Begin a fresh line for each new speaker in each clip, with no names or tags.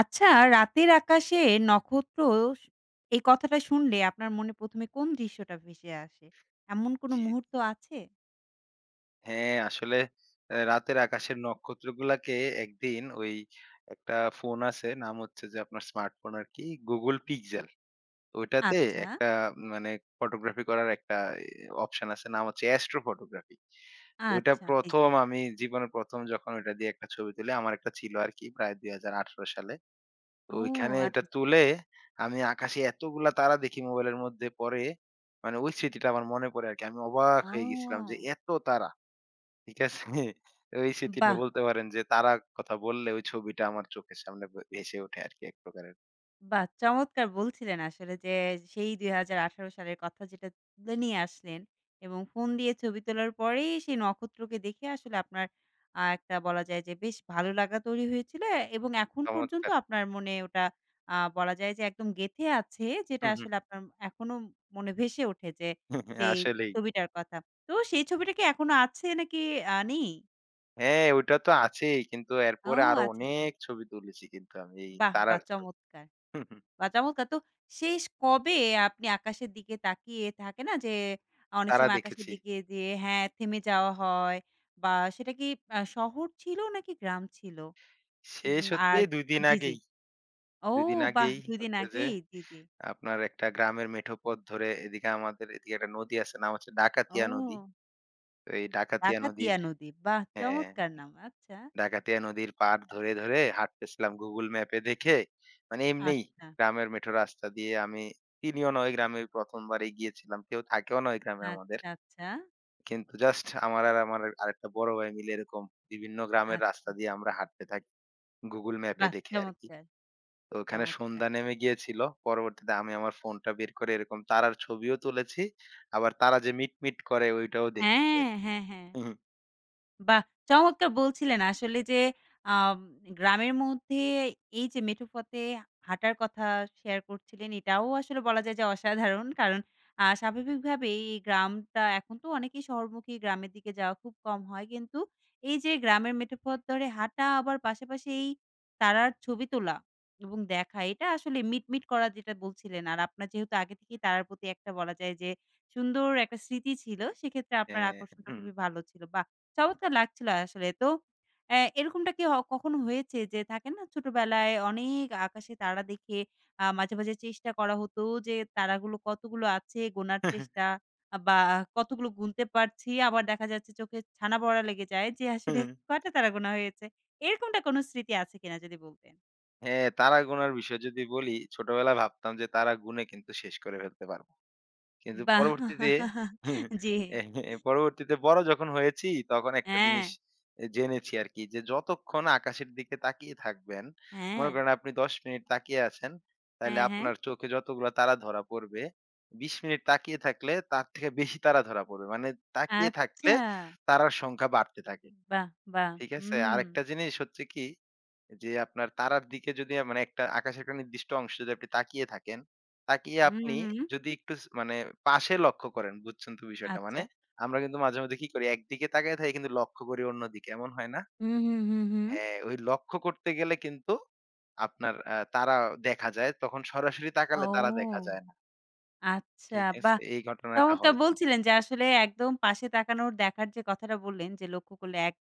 আচ্ছা, রাতের আকাশে নক্ষত্র স এই কথাটা শুনলে আপনার মনে ১ম এ কোন দৃশ্যটা ভেসে আসে? এমন কোন
জি,
মুহূর্ত আছে?
হ্যাঁ, আসলে অ্যা রাতের আকাশের নক্ষত্রগুলাকে একদিন ওই একটা ফোন আছে নাম হচ্ছে যে আপনার স্মার্টফোন আরকি Google Pixel। ওইটাতে
আচ্ছা,
একটা মানে ফটোগ্রাফি করার একটা এ অপশন আছে নাম হচ্ছে অ্যাস্ট্রো ফটোগ্রাফি। ওইটা
আচ্ছা। জি, জি।
১ম আমি জীবনে ১ম যখন ওইটা দিয়ে একটা ছবি তুলি আমার একটা ছিল আরকি প্রায় ২০১৮ সালে। তো
ও,
ওইখানে ওইটা
আচ্ছা, আচ্ছা।
তুলে আমি আকাশে এতগুলা তারা দেখি মোবাইলের মধ্যে পরে ওই স্মৃতিটা আমার মনে পড়ে আরকি। আমি অবাক হয়ে গেছিলাম যে
ও!
এত তারা! ঠিক আছে? ওই স্মৃতিটা
বাহ!
বলতে পারেন যে তারা কথা বললে ওই ছবিটা আমার চোখের সামনে ভেসে ওঠে আরকি এক প্রকারের।
বাহ! চমৎকার বলছিলেন আসলে যে সেই ২০১৮ সালের কথা যেটা তুলে নিয়ে আসলেন এবং ফোন দিয়ে ছবি তোলার পরেই সেই নক্ষত্রকে দেখে আসলে আপনার একটা বলা যায় যে বেশ ভালো লাগা তৈরি হয়েছিল এবং এখন পর্যন্ত
চমৎকার!
আপনার মনে ওটা বলা যায় যে একদম গেঁথে আছে যেটা
হুম, হুম।
আসলে আপনার এখনো মনে ভেসে ওঠে যে সেই
আসলেই।
ছবিটার কথা। তো সেই ছবিটা কি এখনো আছে নাকি নেই?
হ্যাঁ, ওইটা তো আছেই। কিন্তু
ও,
এরপরে আরো
আচ্ছা, আচ্ছা।
অনেক ছবি তুলেছি কিন্তু আমি এই
বাহ! বাহ!
তারার ছবি।
চমৎকার।
হুম, হুম,
বা চমৎকার! তো শেষ কবে আপনি আকাশের দিকে তাকিয়ে থাকে না যে, অনেক
তারা
সময় আকাশের
দেখেছি।
দিকে যেয়ে হ্যাঁ, থেমে যাওয়া হয় বা সেটা কি শহর ছিল নাকি গ্রাম ছিল?
শেষ হতে
আর
২ দিন
জি, জি।
আগেই,
ও,
২ দিন
বাহ!
আগেই
২ দিন
হচ্ছে যে
আগেই জি, জি।
আপনার একটা গ্রামের মেঠো পথ ধরে এদিকে আমাদের এদিকে একটা নদী আছে নাম হচ্ছে ডাকাতিয়া নদী।
ও,
তো এই ডাকাতিয়া নদীর
ডাকাতিয়া নদী। বাহ!
হ্যাঁ।
চমৎকার নাম। আচ্ছা,
ডাকাতিয়া নদীর পাড় ধরে হাঁটতেছিলাম Google ম্যাপে দেখে। মানে এমনিই
আচ্ছা,
গ্রামের মেঠো রাস্তা দিয়ে আমি চিনিও না, ওই গ্রামে ১ম বারই গিয়েছিলাম। কেউ থাকেও না ওই গ্রামে আমাদের।
আচ্ছা, আচ্ছা,
কিন্তু জাস্ট আমার আর আমার আরেকটা বড় ভাই মিলে এরকম বিভিন্ন গ্রামের
আচ্ছা।
রাস্তা দিয়ে আমরা হাঁটতে থাকি Google ম্যাপে
বাহ!
দেখে আরকি।
চমৎকার,
তো ওখানে
চমৎকার।
সন্ধ্যা নেমে গিয়েছিল। পরবর্তীতে আমি আমার ফোনটা বের করে এরকম তারার ছবিও তুলেছি। আবার তারা যে মিটমিট করে ওইটাও দেখেছি
হ্যাঁ,
আরকি।
হ্যাঁ, হ্যাঁ।
হু, হু।
বাহ! চমৎকার বলছিলেন আসলে যে আম গ্রামের মধ্যে এই যে মেঠো পথে হাঁটার কথা শেয়ার করছিলেন এটাও আসলে বলা যায় যে অসাধারণ। কারণ স্বাভাবিকভাবেই এই গ্রামটা এখন তো অনেকেই শহরমুখী, গ্রামের দিকে যাওয়া খুব কম হয়। কিন্তু এই যে গ্রামের মেঠো পথ ধরে হাঁটা আবার পাশাপাশি এই তারার ছবি তোলা এবং দেখা এটা আসলে মিটমিট করা যেটা বলছিলেন। আর আপনার যেহেতু আগে থেকেই তারার প্রতি একটা বলা যায় যে সুন্দর একটা স্মৃতি ছিল সেক্ষেত্রে আপনার
হ্যাঁ।
আকর্ষণটা খুবই ভালো ছিল। বাহ! চমৎকার লাগছিল আসলে। তো এরকমটা কি কখনো হয়েছে যে থাকে না ছোটবেলায় অনেক আকাশে তারা দেখে মাঝে, মাঝে চেষ্টা করা হতো যে তারাগুলো কতগুলো আছে গোনার চেষ্টা বা কতগুলো গুনতে পারছি। আবার দেখা যাচ্ছে চোখে ছানা পড়া লেগে যায় যে
হু,
আসলে
হু।
কয়টা তারা গোনা হয়েছে। এরকমটা কোনো স্মৃতি আছে কিনা যদি বলতেন?
হ্যাঁ, তারা গোনার বিষয় যদি বলি, ছোটবেলায় ভাবতাম যে তারা গুনে কিন্তু শেষ করে ফেলতে পারবো। কিন্তু পরবর্তীতে
বাহ! জি।
পরবর্তীতে বড় যখন হয়েছি তখন একটা
হ্যাঁ,
জিনিস জেনেছি আরকি যে যতক্ষণ আকাশের দিকে তাকিয়ে থাকবেন,
হ্যাঁ,
মনে করেন আপনি ১০ মিনিট তাকিয়ে আছেন, তাইলে
হ্যাঁ, হ্যাঁ।
আপনার চোখে যতগুলা তারা ধরা পড়বে, ২০ মিনিট তাকিয়ে থাকলে তার থেকে বেশি তারা ধরা পড়বে। মানে তাকিয়ে থাকলে
আচ্ছা।
তারার সংখ্যা বাড়তে থাকে।
বাহ! বাহ!
ঠিক আছে?
হুম।
আরেকটা জিনিস হচ্ছে কি যে আপনার তারার দিকে যদি মানে একটা আকাশের একটা নির্দিষ্ট অংশে যদি আপনি তাকিয়ে থাকেন, তাকিয়ে
হুম,
আপনি
হুম।
যদি একটু মানে পাশে লক্ষ্য করেন, বুঝছেন তো বিষয়টা? মানে
আচ্ছা।
আমরা কিন্তু মাঝে মধ্যে কি করি? একদিকে তাকায় থাকি কিন্তু লক্ষ্য করি অন্যদিকে। এমন হয় না?
হুম, হুম, হুম, হুম।
হ্যাঁ, ওই লক্ষ্য করতে গেলে কিন্তু আপনার তারা দেখা যায়। তখন সরাসরি তাকালে তারা দেখা
ও,
যায় না।
আচ্ছা।
ঠিক আছে?
বাহ!
এই ঘটনাটা
চমৎকার
হয় কিন্তু।
বলছিলেন যে আসলে একদম পাশে তাকানোর দেখার যে কথাটা বললেন যে লক্ষ্য করলে এক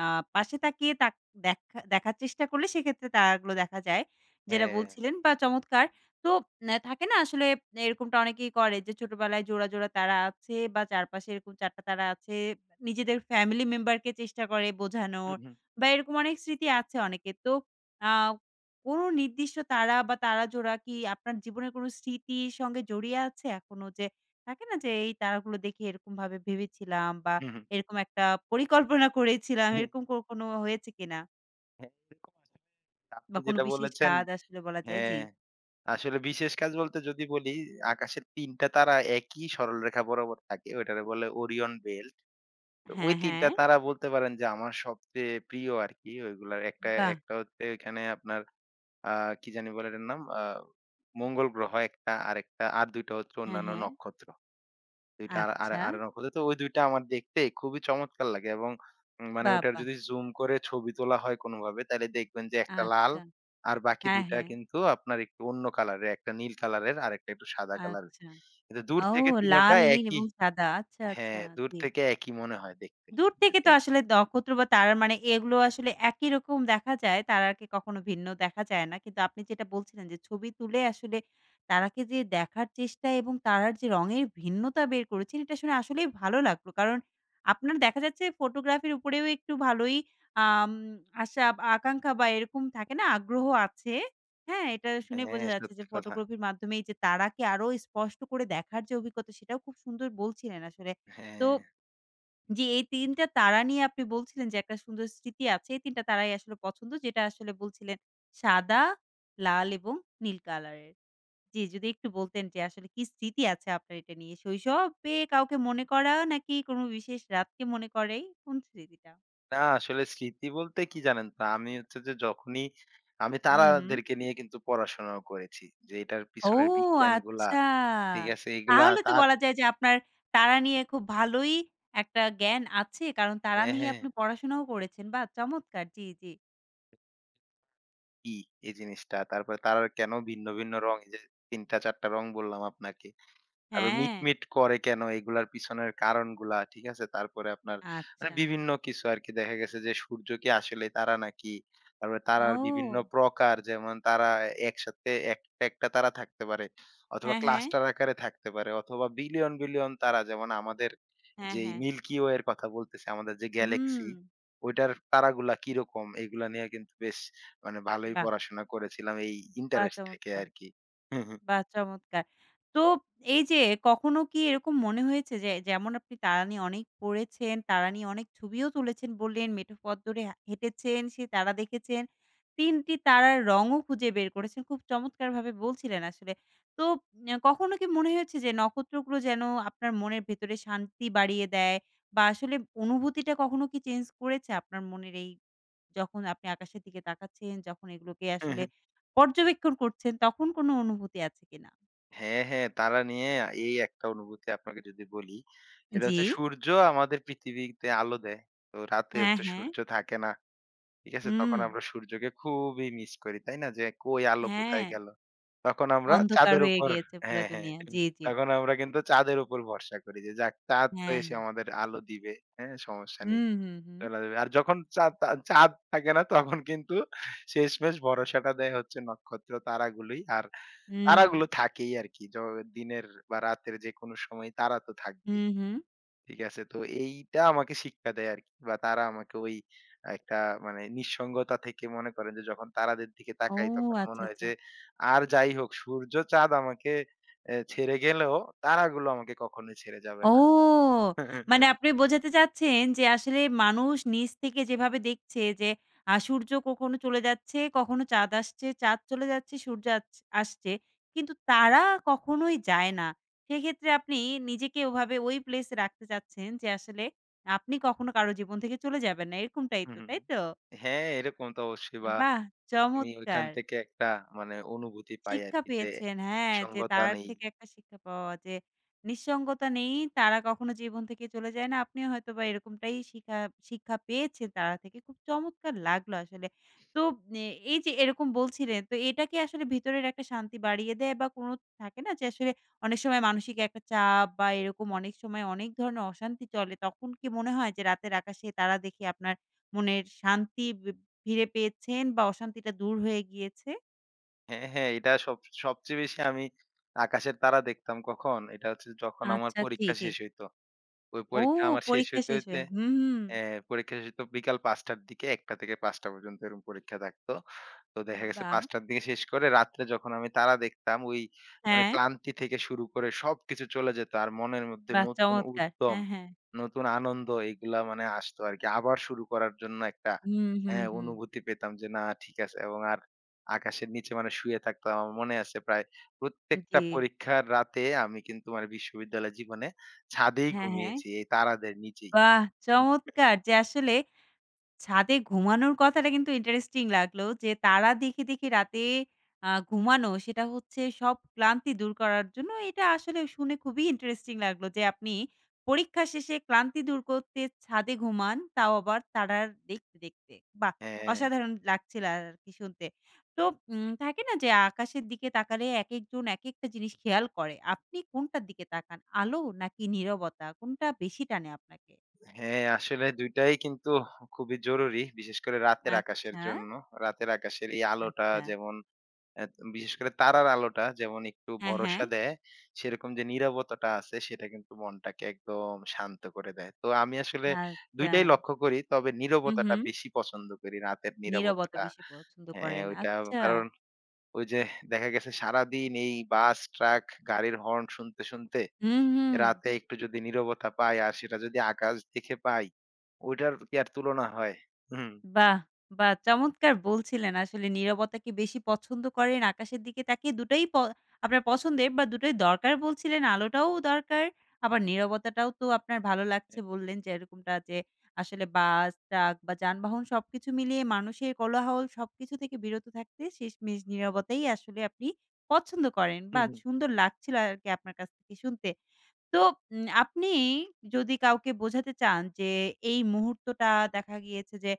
আ পাশে তাকিয়ে দেখা দেখার চেষ্টা করলে সেক্ষেত্রে তারাগুলো দেখা যায়। যেটা
হ্যাঁ।
বলছিলেন বা চমৎকার। তো থাকে না আসলে এরকমটা অনেকেই করে যে ছোটবেলায় জোড়া, জোড়া তারা আছে বা চারপাশে এরকম ৪ টা তারা আছে। নিজেদের ফ্যামিলি মেম্বারকে চেষ্টা করে
হু,
বোঝানোর
হু,
বা এরকম অনেক স্মৃতি আছে অনেকের। তো আ কোনো নির্দিষ্ট তারা বা তারা জোড়া কি আপনার জীবনের কোনো স্মৃতির সঙ্গে জড়িয়ে আছে এখনো যে থাকে না যে এই তারাগুলো দেখে এরকমভাবে ভেবেছিলাম বা
হু,
এরকম একটা পরিকল্পনা করেছিলাম।
হু।
এরকম কোনো হয়েছে কিনা?
হ্যাঁ, এরকম আসলে আপনি
বা কোনো
যেটা
বিশেষ
বলেছেন
রাত আসলে বলা যায়। জি।
হ্যাঁ। আসলে বিশেষ কাজ বলতে যদি বলি, আকাশের ৩ টা তারা একই সরলরেখা বরাবর থাকে। ওইটারে বলে ওরিয়ন বেল্ট। তো ওই
হ্যাঁ, হ্যাঁ।
৩ টা তারা বলতে পারেন যে আমার সবচেয়ে প্রিয় আরকি। ওইগুলার একটা
বাহ!
একটা হচ্ছে এখানে আপনার আ কি জানি বলে এটার নাম? মঙ্গল গ্রহ একটা, আরেকটা আর ২ টা হচ্ছে
হ্যাঁ,
অন্যান্য
হ্যাঁ।
নক্ষত্র। ২ টা আর আর
আচ্ছা।
আরএন ওর তো ওই ২ টা আমার দেখতে খুবই চমৎকার লাগে এবং মানে
বাহ!
ওটার
বাহ!
যদি জুম করে ছবি তোলা হয় কোনোভাবে তাইলে দেখবেন যে একটা লাল
আচ্ছা।
আর বাকি
হ্যাঁ,
২ টা
হ্যাঁ।
কিন্তু আপনার একটু অন্য কালারের। একটা নীল কালারের আরেকটা একটু সাদা কালারের।
আচ্ছা।
কিন্তু দূর
ও,
থেকে ৩ টা
লাল, নীল
একই
এবং সাদা। আচ্ছা, আচ্ছা।
হ্যাঁ, দূর
জি।
থেকে একই মনে হয় দেখতে।
দূর
যে
থেকে তো
তিন-
আসলে নক্ষত্র বা তারার মানে এগুলো আসলে একই রকম দেখা যায়। তারাকে কখনো ভিন্ন দেখা যায় না। কিন্তু আপনি যেটা বলছিলেন যে ছবি তুলে আসলে তারাকে যে দেখার চেষ্টা এবং তারার যে রঙের ভিন্নতা বের করেছেন, এটা শুনে আসলেই ভালো লাগলো। কারণ আপনার দেখা যাচ্ছে ফটোগ্রাফির উপরেও একটু ভালোই আম আশা, আকাঙ্খা বা এরকম থাকে না? আগ্রহ আছে। হ্যাঁ, এটা শুনে বোঝা
হ্যাঁ,
যাচ্ছে যে
সত্যি কথা।
ফটোগ্রাফির মাধ্যমে এই যে তারাকে আরো স্পষ্ট করে দেখার যে অভিজ্ঞতা, সেটাও খুব সুন্দর বলছিলেন আসলে। তো
হ্যাঁ।
জি, এই ৩ টা তারা নিয়ে আপনি বলছিলেন যে একটা সুন্দর স্মৃতি আছে। এই ৩ টা তারাই আসলে পছন্দ যেটা আসলে বলছিলেন সাদা, লাল এবং নীল কালারের। জি, যদি একটু বলতেন যে আসলে কি স্মৃতি আছে আপনার এটা নিয়ে? শৈশবে কাউকে মনে করা নাকি কোনো বিশেষ রাতকে মনে করে? কোন স্মৃতিটা?
না আসলে স্মৃতি বলতে কি জানেন তো? আমি হচ্ছে যে যখনই আমি
হুম, হুম।
তারাদেরকে নিয়ে কিন্তু পড়াশোনাও করেছি। যে এটার
ও,
পিছনের বিজ্ঞানগুলা
আচ্ছা!
ঠিক আছে? এগুলা
তাহলে তো
তার
বলা যায় যে আপনার তারা নিয়ে খুব ভালোই একটা জ্ঞান আছে। কারণ তারা
হ্যাঁ,
নিয়ে
হ্যাঁ।
আপনি পড়াশোনাও করেছেন। বাহ! চমৎকার। জি, জি।
কি এই জিনিসটা? তারপরে তার আর কেন ভিন্ন রং এই যে ৩ টা ৪ টা রং বললাম আপনাকে। আরো
হ্যাঁ,
মিটমিট করে কেন এগুলার পিছনের কারণগুলা, ঠিক আছে? তারপরে আপনার মানে
আচ্ছা।
বিভিন্ন কিছু আরকি দেখা গেছে যে সূর্য কি আসলেই তারা নাকি? তারপরে তারার বিভিন্ন
ও!
প্রকার যেমন তারা একসাথে একটা তারা থাকতে পারে অথবা
হ্যাঁ, হ্যাঁ।
ক্লাস্টার আকারে থাকতে পারে অথবা বিলিয়ন তারা যেমন আমাদের
হ্যাঁ,
যেই
হ্যাঁ।
মিল্কি ওয়ে এর কথা বলতেছি আমাদের যে
হুম।
গ্যালাক্সি ওইটার তারাগুলা কিরকম এগুলা নিয়ে কিন্তু বেশ মানে ভালোই
বাহ!
পড়াশোনা করেছিলাম এই
বাহ!
ইন্টারেস্ট থেকে
চমৎকার!
আরকি।
বাহ! চমৎকার! তো এই যে কখনো কি এরকম মনে হয়েছে যে যেমন আপনি তারা নিয়ে অনেক পড়েছেন, তারা নিয়ে অনেক ছবিও তুলেছেন বললেন, মেঠো পথ ধরে হেঁটেছেন, সেই তারা দেখেছেন। ৩ টি তারার রঙও খুঁজে বের করেছেন। খুব চমৎকারভাবে বলছিলেন আসলে। তো কখনো কি মনে হয়েছে যে নক্ষত্রগুলো যেন আপনার মনের ভেতরে শান্তি বাড়িয়ে দেয় বা আসলে অনুভূতিটা কখনো কি চেঞ্জ করেছে আপনার মনের এই যখন আপনি আকাশের দিকে তাকাচ্ছেন, যখন এগুলোকে আসলে পর্যবেক্ষণ করছেন, তখন কোনো অনুভূতি আছে কিনা?
হ্যাঁ, হ্যাঁ, তারা নিয়ে এই একটা অনুভূতি আপনাকে যদি বলি, সেটা
জি।
হচ্ছে সূর্য আমাদের পৃথিবীতে আলো দেয়। তো রাতে
হ্যাঁ,
হচ্ছে
হ্যাঁ।
সূর্য থাকে না। ঠিক আছে?
হুম।
তখন আমরা সূর্যকে খুবই মিস করি। তাই না? যে কই আলো
হ্যাঁ,
কোথায় গেল? তখন আমরা
অন্ধকার
চাঁদের
হয়ে
উপর
গিয়েছে পুরা
হ্যাঁ, হ্যাঁ।
দুনিয়া। জি, জি।
তখন আমরা কিন্তু চাঁদের উপর ভরসা করি যে যাক চাঁদ তো
হ্যাঁ।
এসে
হ্যাঁ,
আমাদের আলো দিবে। হ্যাঁ? সমস্যা নেই।
হুম, হুম, হুম।
চলে যাবে। আর যখন চাঁদ থাকে না তখন কিন্তু শেষমেষ ভরসাটা দেয় হচ্ছে নক্ষত্র তারাগুলোই। আর
হুম,
তারাগুলো থাকেই আরকি। দিনের বা রাতের যেকোনো সময় তারা তো থাকবেই।
হুম, হুম।
ঠিক আছে? তো এইটা আমাকে শিক্ষা দেয় আরকি। বা তারা আমাকে ওই একটা মানে নিঃসঙ্গতা থেকে মনে করেন যে যখন তারাদের দিকে
ও,
তাকাই তখন মনে
আচ্ছা,
হয়
আচ্ছা।
যে আর যাই হোক সূর্য চাঁদ আমাকে ছেড়ে গেলেও তারাগুলো আমাকে কখনোই ছেড়ে যাবে
ও!
না।
মানে আপনি বোঝাতে চাচ্ছেন যে আসলে মানুষ নিচ থেকে যেভাবে দেখছে যে সূর্য কখনো চলে যাচ্ছে, কখনো চাঁদ আসছে, চাঁদ চলে যাচ্ছে, সূর্য আসছে। কিন্তু তারা কখনোই যায় না। সেক্ষেত্রে আপনি নিজেকে ওভাবে ওই প্লেস এ রাখতে চাচ্ছেন যে আসলে আপনি কখনো কারো জীবন থেকে চলে যাবেন না। এরকমটাই
হুম,
তো,
হুম।
তাই তো?
হ্যাঁ, এরকম তো অবশ্যই বা
বাহ!
আমি ওইখান
চমৎকার।
থেকে একটা মানে অনুভূতি পাই
শিক্ষা
আরকি যে
পেয়েছেন। হ্যাঁ, যে
নিঃসঙ্গতা
তার
নেই।
থেকে একটা শিক্ষা পাওয়া যে নিঃসঙ্গতা নেই, তারা কখনো জীবন থেকে চলে যায় না। আপনিও হয়তোবা এরকমটাই শিক্ষা পেয়েছেন তারা থেকে। খুব চমৎকার লাগলো আসলে। তো এ এই যে এরকম বলছিলেন, তো এটা কি আসলে ভিতরের একটা শান্তি বাড়িয়ে দেয় বা কোনো থাকে না যে আসলে অনেক সময় মানসিক একটা চাপ বা এরকম অনেক সময় অনেক ধরনের অশান্তি চলে, তখন কি মনে হয় যে রাতের আকাশে তারা দেখে আপনার মনের শান্তি ফিরে পেয়েছেন বা অশান্তিটা দূর হয়ে গিয়েছে?
হ্যাঁ, হ্যাঁ, এটা সব সবচেয়ে বেশি আমি আকাশের তারা দেখতাম কখন? এটা হচ্ছে যখন আমার
আচ্ছা, জি,
পরীক্ষা
জি।
শেষ হইতো। ওই
ও,
পরীক্ষা আমার শেষ
পরীক্ষা
হইতে,
শেষ
হইতে
হয়ে। হুম, হুম।
হ্যাঁ, পরীক্ষা শেষ হতো বিকাল ৫:০০ টার দিকে ১:০০ থেকে ৫:০০ পর্যন্ত এরকম পরীক্ষা থাকতো। তো দেখা গেছে
বাহ!
৫:০০ টার দিকে শেষ করে রাত্রে যখন আমি তারা দেখতাম ওই মানে
হ্যাঁ,
ক্লান্তি থেকে শুরু করে সবকিছু চলে যেত। আর মনের মধ্যে
বাহ!
নতুন
চমৎকার।
উদ্যম,
হ্যাঁ, হ্যাঁ।
নতুন আনন্দ এগুলা মানে আসতো আরকি। আবার শুরু করার জন্য একটা
হুম, হুম,
হ্যাঁ,
হুম।
অনুভূতি পেতাম যে না ঠিক আছে এবং আর আকাশের নিচে মানে শুয়ে থাকতাম। আমার মনে আছে প্রায়
জি।
প্রত্যেকটা পরীক্ষার রাতে আমি কিন্তু মানে বিশ্ববিদ্যালয় জীবনে ছাদেই
হ্যাঁ, হ্যাঁ।
ঘুমিয়েছি এই তারাদের নিচেই।
বাহ! চমৎকার যে আসলে ছাদে ঘুমানোর কথাটা কিন্তু ইন্টারেস্টিং লাগলো যে, তারা দেখে, দেখে রাতে ঘুমানো সেটা হচ্ছে সব ক্লান্তি দূর করার জন্য। এটা আসলে শুনে খুবই ইন্টারেস্টিং লাগলো যে, আপনি পরীক্ষা শেষে ক্লান্তি দূর করতে ছাদে ঘুমান, তাও আবার তারার দেখতে, দেখতে। বাহ!
হ্যাঁ,
অসাধারণ লাগছিল আরকি শুনতে। তো থাকে না যে, আকাশের দিকে তাকালে একেকজন একেকটা জিনিস খেয়াল করে। আপনি কোনটার দিকে তাকান? আলো নাকি নীরবতা? কোনটা বেশি টানে আপনাকে?
হ্যাঁ, আসলে ২ টাই কিন্তু খুবই জরুরি। বিশেষ করে রাতের আকাশের
আচ্ছা,
জন্য। রাতের আকাশের এই আলোটা
আচ্ছা।
যেমন অ্যা বিশেষ করে তারার আলোটা যেমন একটু
হ্যাঁ, হ্যাঁ।
ভরসা দেয়, সেরকম যে নীরবতাটা আছে সেটা কিন্তু মনটাকে একদম শান্ত করে দেয়। তো আমি আসলে ২
আচ্ছা।
টাই লক্ষ্য করি। তবে
হু, হু।
নীরবতাটা বেশি পছন্দ করি। রাতের
নীরবতা
নীরবতাটা।
বেশি পছন্দ
হ্যাঁ,
করেন।
ওইটা
আচ্ছা।
কারণ ওই যে দেখা গেছে সারাদিন এই বাস, ট্রাক, গাড়ির হর্ন শুনতে
হুম, হুম।
রাতে একটু যদি নীরবতা পাই আর সেটা যদি আকাশ দেখে পাই, ওইটার কি আর তুলনা হয়? হুম।
বাহ! বাহ! চমৎকার বলছিলেন আসলে নীরবতা কি বেশি পছন্দ করেন আকাশের দিকে তাকিয়ে দুটোই আপনার পছন্দের বা দুটোই দরকার বলছিলেন আলোটাও দরকার আবার নীরবতাটাও তো আপনার ভালো লাগছে
হ্যাঁ।
বললেন যে এরকমটা যে আসলে বাস, ট্রাক বা যানবাহন সবকিছু মিলিয়ে মানুষের কোলাহল সবকিছু থেকে বিরত থাকতে শেষমেশ নীরবতাই আসলে আপনি পছন্দ করেন।
হুম,
বাহ!
হুম।
সুন্দর লাগছিল আরকি আপনার কাছ থেকে শুনতে। তো আপনি যদি কাউকে বোঝাতে চান যে এই মুহূর্তটা দেখা গিয়েছে যে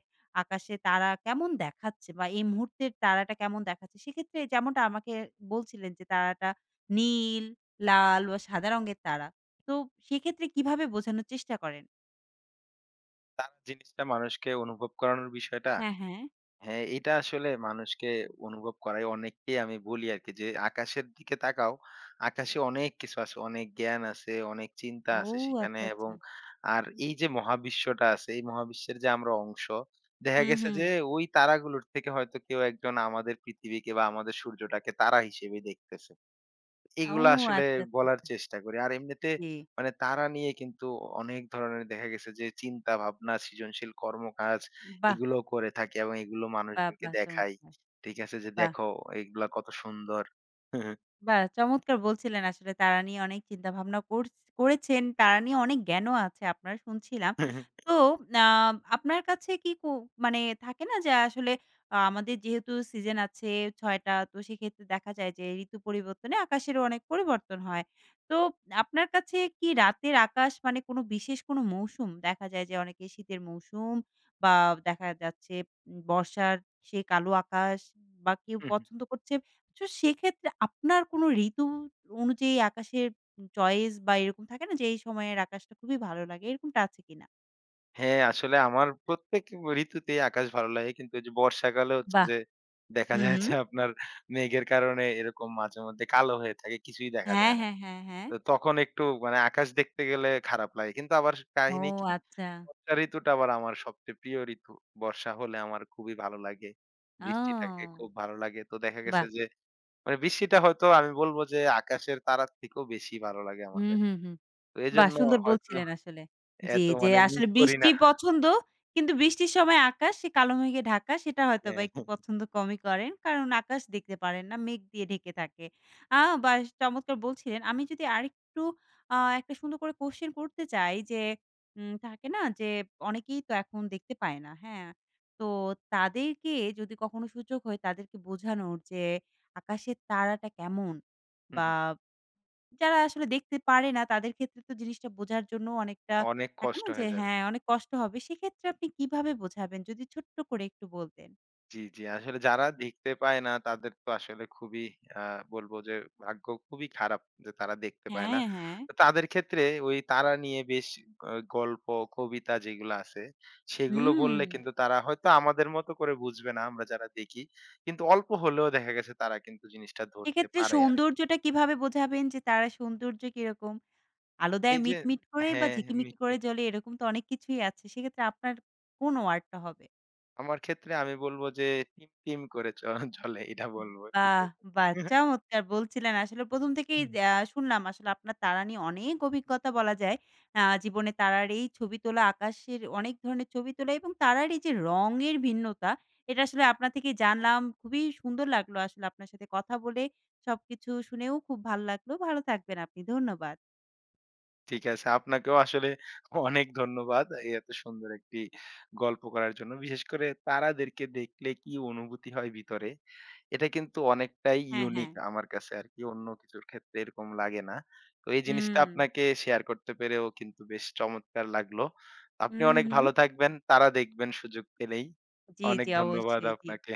আকাশে তারা কেমন দেখাচ্ছে বা এই মুহূর্তের তারাটা কেমন দেখাচ্ছে সেক্ষেত্রে যেমনটা আমাকে বলছিলেন যে তারাটা নীল, লাল বা সাদা রঙের তারা। তো সেক্ষেত্রে কিভাবে বোঝানোর চেষ্টা করেন?
তারা জিনিসটা মানুষকে অনুভব করানোর বিষয়টা,
হ্যাঁ, হ্যাঁ।
হ্যাঁ, এটা আসলে মানুষকে অনুভব করাই অনেককেই আমি বলি আরকি যে, "আকাশের দিকে তাকাও। আকাশে অনেক কিছু আছে, অনেক জ্ঞান আছে, অনেক চিন্তা
ও,
আছে সেখানে
আচ্ছা,
এবং
আচ্ছা।
আর এই যে মহাবিশ্বটা আছে, এই মহাবিশ্বের যে আমরা অংশ, দেখা
হুম,
গেছে
হুম।
যে ওই তারাগুলোর থেকে হয়তো কেউ একজন আমাদের পৃথিবীকে বা আমাদের সূর্যটাকে তারা হিসেবে দেখতেছে।"
ও,
এগুলা আসলে
আচ্ছা, আচ্ছা,
বলার
আচ্ছা।
চেষ্টা করি। আর এমনিতে
জি।
মানে তাড়া নিয়ে কিন্তু অনেক ধরনের দেখা গেছে যে চিন্তা ভাবনা, সৃজনশীল কর্মকাজ
বাহ!
এগুলো করে থাকি এবং এগুলো
বাহ!
মানুষজনকে
বাহ!
দেখাই।
চমৎকার!
ঠিক আছে? যে
বাহ!
দেখো এগুলা কত সুন্দর।
বাহ! চমৎকার বলছিলেন আসলে তারা নিয়ে অনেক চিন্তা ভাবনা করেছেন। তারা নিয়ে অনেক জ্ঞানও আছে আপনার শুনছিলাম। তো আ আপনার কাছে কি মানে থাকে না যে আসলে আমাদের যেহেতু সিজন আছে ৬ টা তো সেক্ষেত্রে দেখা যায় যে ঋতু পরিবর্তনে আকাশেরও অনেক পরিবর্তন হয়। তো আপনার কাছে কি রাতের আকাশ মানে কোনো বিশেষ কোনো মৌসুম দেখা যায় যে অনেকে শীতের মৌসুম বা দেখা যাচ্ছে বর্ষার সেই কালো আকাশ বা কেউ পছন্দ করছে তো সেক্ষেত্রে আপনার কোনো ঋতু অনুযায়ী আকাশের চয়েস বা এরকম থাকে না যে এই সময়ের আকাশটা খুবই ভালো লাগে, এরকমটা আছে কিনা?
হ্যাঁ, আসলে আমার প্রত্যেক ঋতুতেই আকাশ ভালো লাগে। কিন্তু ওই যে বর্ষাকালে হচ্ছে
বাহ!
যে দেখা
হুম,
যায়
হুম।
যে আপনার মেঘের কারণে এরকম মাঝে মধ্যে কালো হয়ে থাকে। কিছুই দেখা
হ্যাঁ,
যায় না।
হ্যাঁ, হ্যাঁ, হ্যাঁ।
তো তখন একটু মানে আকাশ দেখতে গেলে খারাপ লাগে। কিন্তু আবার
ও,
কাহিনী কি?
আচ্ছা।
বর্ষা ঋতুটা আবার আমার সবচেয়ে প্রিয় ঋতু। বর্ষা হলে আমার খুবই ভালো লাগে। বৃষ্টিটাকে
ও,
খুব ভালো লাগে। তো দেখা গেছে
বাহ!
যে মানে বৃষ্টিটা হয়তো আমি বলব যে আকাশের তারার থেকেও বেশি ভালো লাগে আমার
হুম,
কাছে।
হুম, হুম।
তো
বাহ!
এজন্য
সুন্দর
হয়তো
বলছিলেন আসলে। জি,
এত
যে
মানে
আসলে
মিস করি
বৃষ্টি
না।
পছন্দ। কিন্তু বৃষ্টির সময় আকাশ সে কালো মেঘে ঢাকা সেটা হয়তোবা
হ্যাঁ,
একটু পছন্দ কমই করেন। কারণ আকাশ দেখতে পারেন না, মেঘ দিয়ে ঢেকে থাকে। বাস চমৎকার বলছিলেন। আমি যদি আরেকটু একটা সুন্দর করে কোয়েশ্চেন করতে চাই যে থাকে না যে অনেকেই তো এখন দেখতে পায় না, হ্যাঁ? তো তাদেরকে যদি কখনো সুযোগ হয় তাদেরকে বোঝানোর যে আকাশের তারাটা কেমন বা যারা আসলে দেখতে পারে না তাদের ক্ষেত্রে তো জিনিসটা বোঝার জন্য অনেকটা
অনেক
থাকে
কষ্ট
না যে
হয়ে যাবে।
হ্যাঁ, অনেক কষ্ট হবে। সেক্ষেত্রে আপনি কিভাবে বোঝাবেন? যদি ছোট্ট করে একটু বলতেন।
জি, জি। আসলে যারা দেখতে পায় না তাদের তো আসলে খুবই আ বলব যে ভাগ্য খুবই খারাপ যে তারা দেখতে পায় না।
হ্যাঁ, হ্যাঁ।
তো তাদের ক্ষেত্রে ওই তারা নিয়ে বেশ গল্প, কবিতা যেগুলো আছে সেগুলো
হুম।
বললে কিন্তু তারা হয়তো আমাদের মতো করে বুঝবে না আমরা যারা দেখি। কিন্তু অল্প হলেও দেখা গেছে তারা কিন্তু জিনিসটা ধরতে
সেক্ষেত্রে
পারে আরকি।
সৌন্দর্যটা কিভাবে বোঝাবেন যে তারা সৌন্দর্য কিরকম? আলো দেয়
এই যে
মিটমিট করে বা
হ্যাঁ,
ঝিকিমিকি করে
মিটমিট।
জ্বলে এরকম তো অনেক কিছুই আছে। সেক্ষেত্রে আপনার কোন ওয়ার্ডটা হবে?
আমার ক্ষেত্রে আমি বলব যে টিম টিম করে চলে এটা বলব। ঠিক
বাহ!
আছে।
বাহ! চমৎকার বলছিলেন আসলে ১ম থেকেই শুনলাম আসলে আপনার তারা নিয়ে অনেক অভিজ্ঞতা বলা যায়। জীবনে তারার এই ছবি তোলা, আকাশের অনেক ধরনের ছবি তোলা এবং তারার এই যে রঙের ভিন্নতা, এটা আসলে আপনার থেকে জানলাম। খুবই সুন্দর লাগলো আসলে আপনার সাথে কথা বলে। সবকিছু শুনেও খুব ভালো লাগলো। ভালো থাকবেন আপনি। ধন্যবাদ।
ঠিক আছে। আপনাকেও আসলে অনেক ধন্যবাদ। এই এত সুন্দর একটি গল্প করার জন্য। বিশেষ করে তারাদেরকে দেখলে কি অনুভূতি হয় ভিতরে, এটা কিন্তু অনেকটাই
হ্যাঁ, হ্যাঁ।
ইউনিক আমার কাছে আরকি। অন্য কিছুর ক্ষেত্রে এরকম লাগে না। তো এই জিনিসটা
হুম।
আপনাকে শেয়ার করতে পেরেও কিন্তু বেশ চমৎকার লাগলো। আপনি
হুম,
অনেক
হুম।
ভালো থাকবেন। তারা দেখবেন সুযোগ পেলেই।
জি,
অনেক
জি।
ধন্যবাদ
অবশ্যই। জি।
আপনাকে।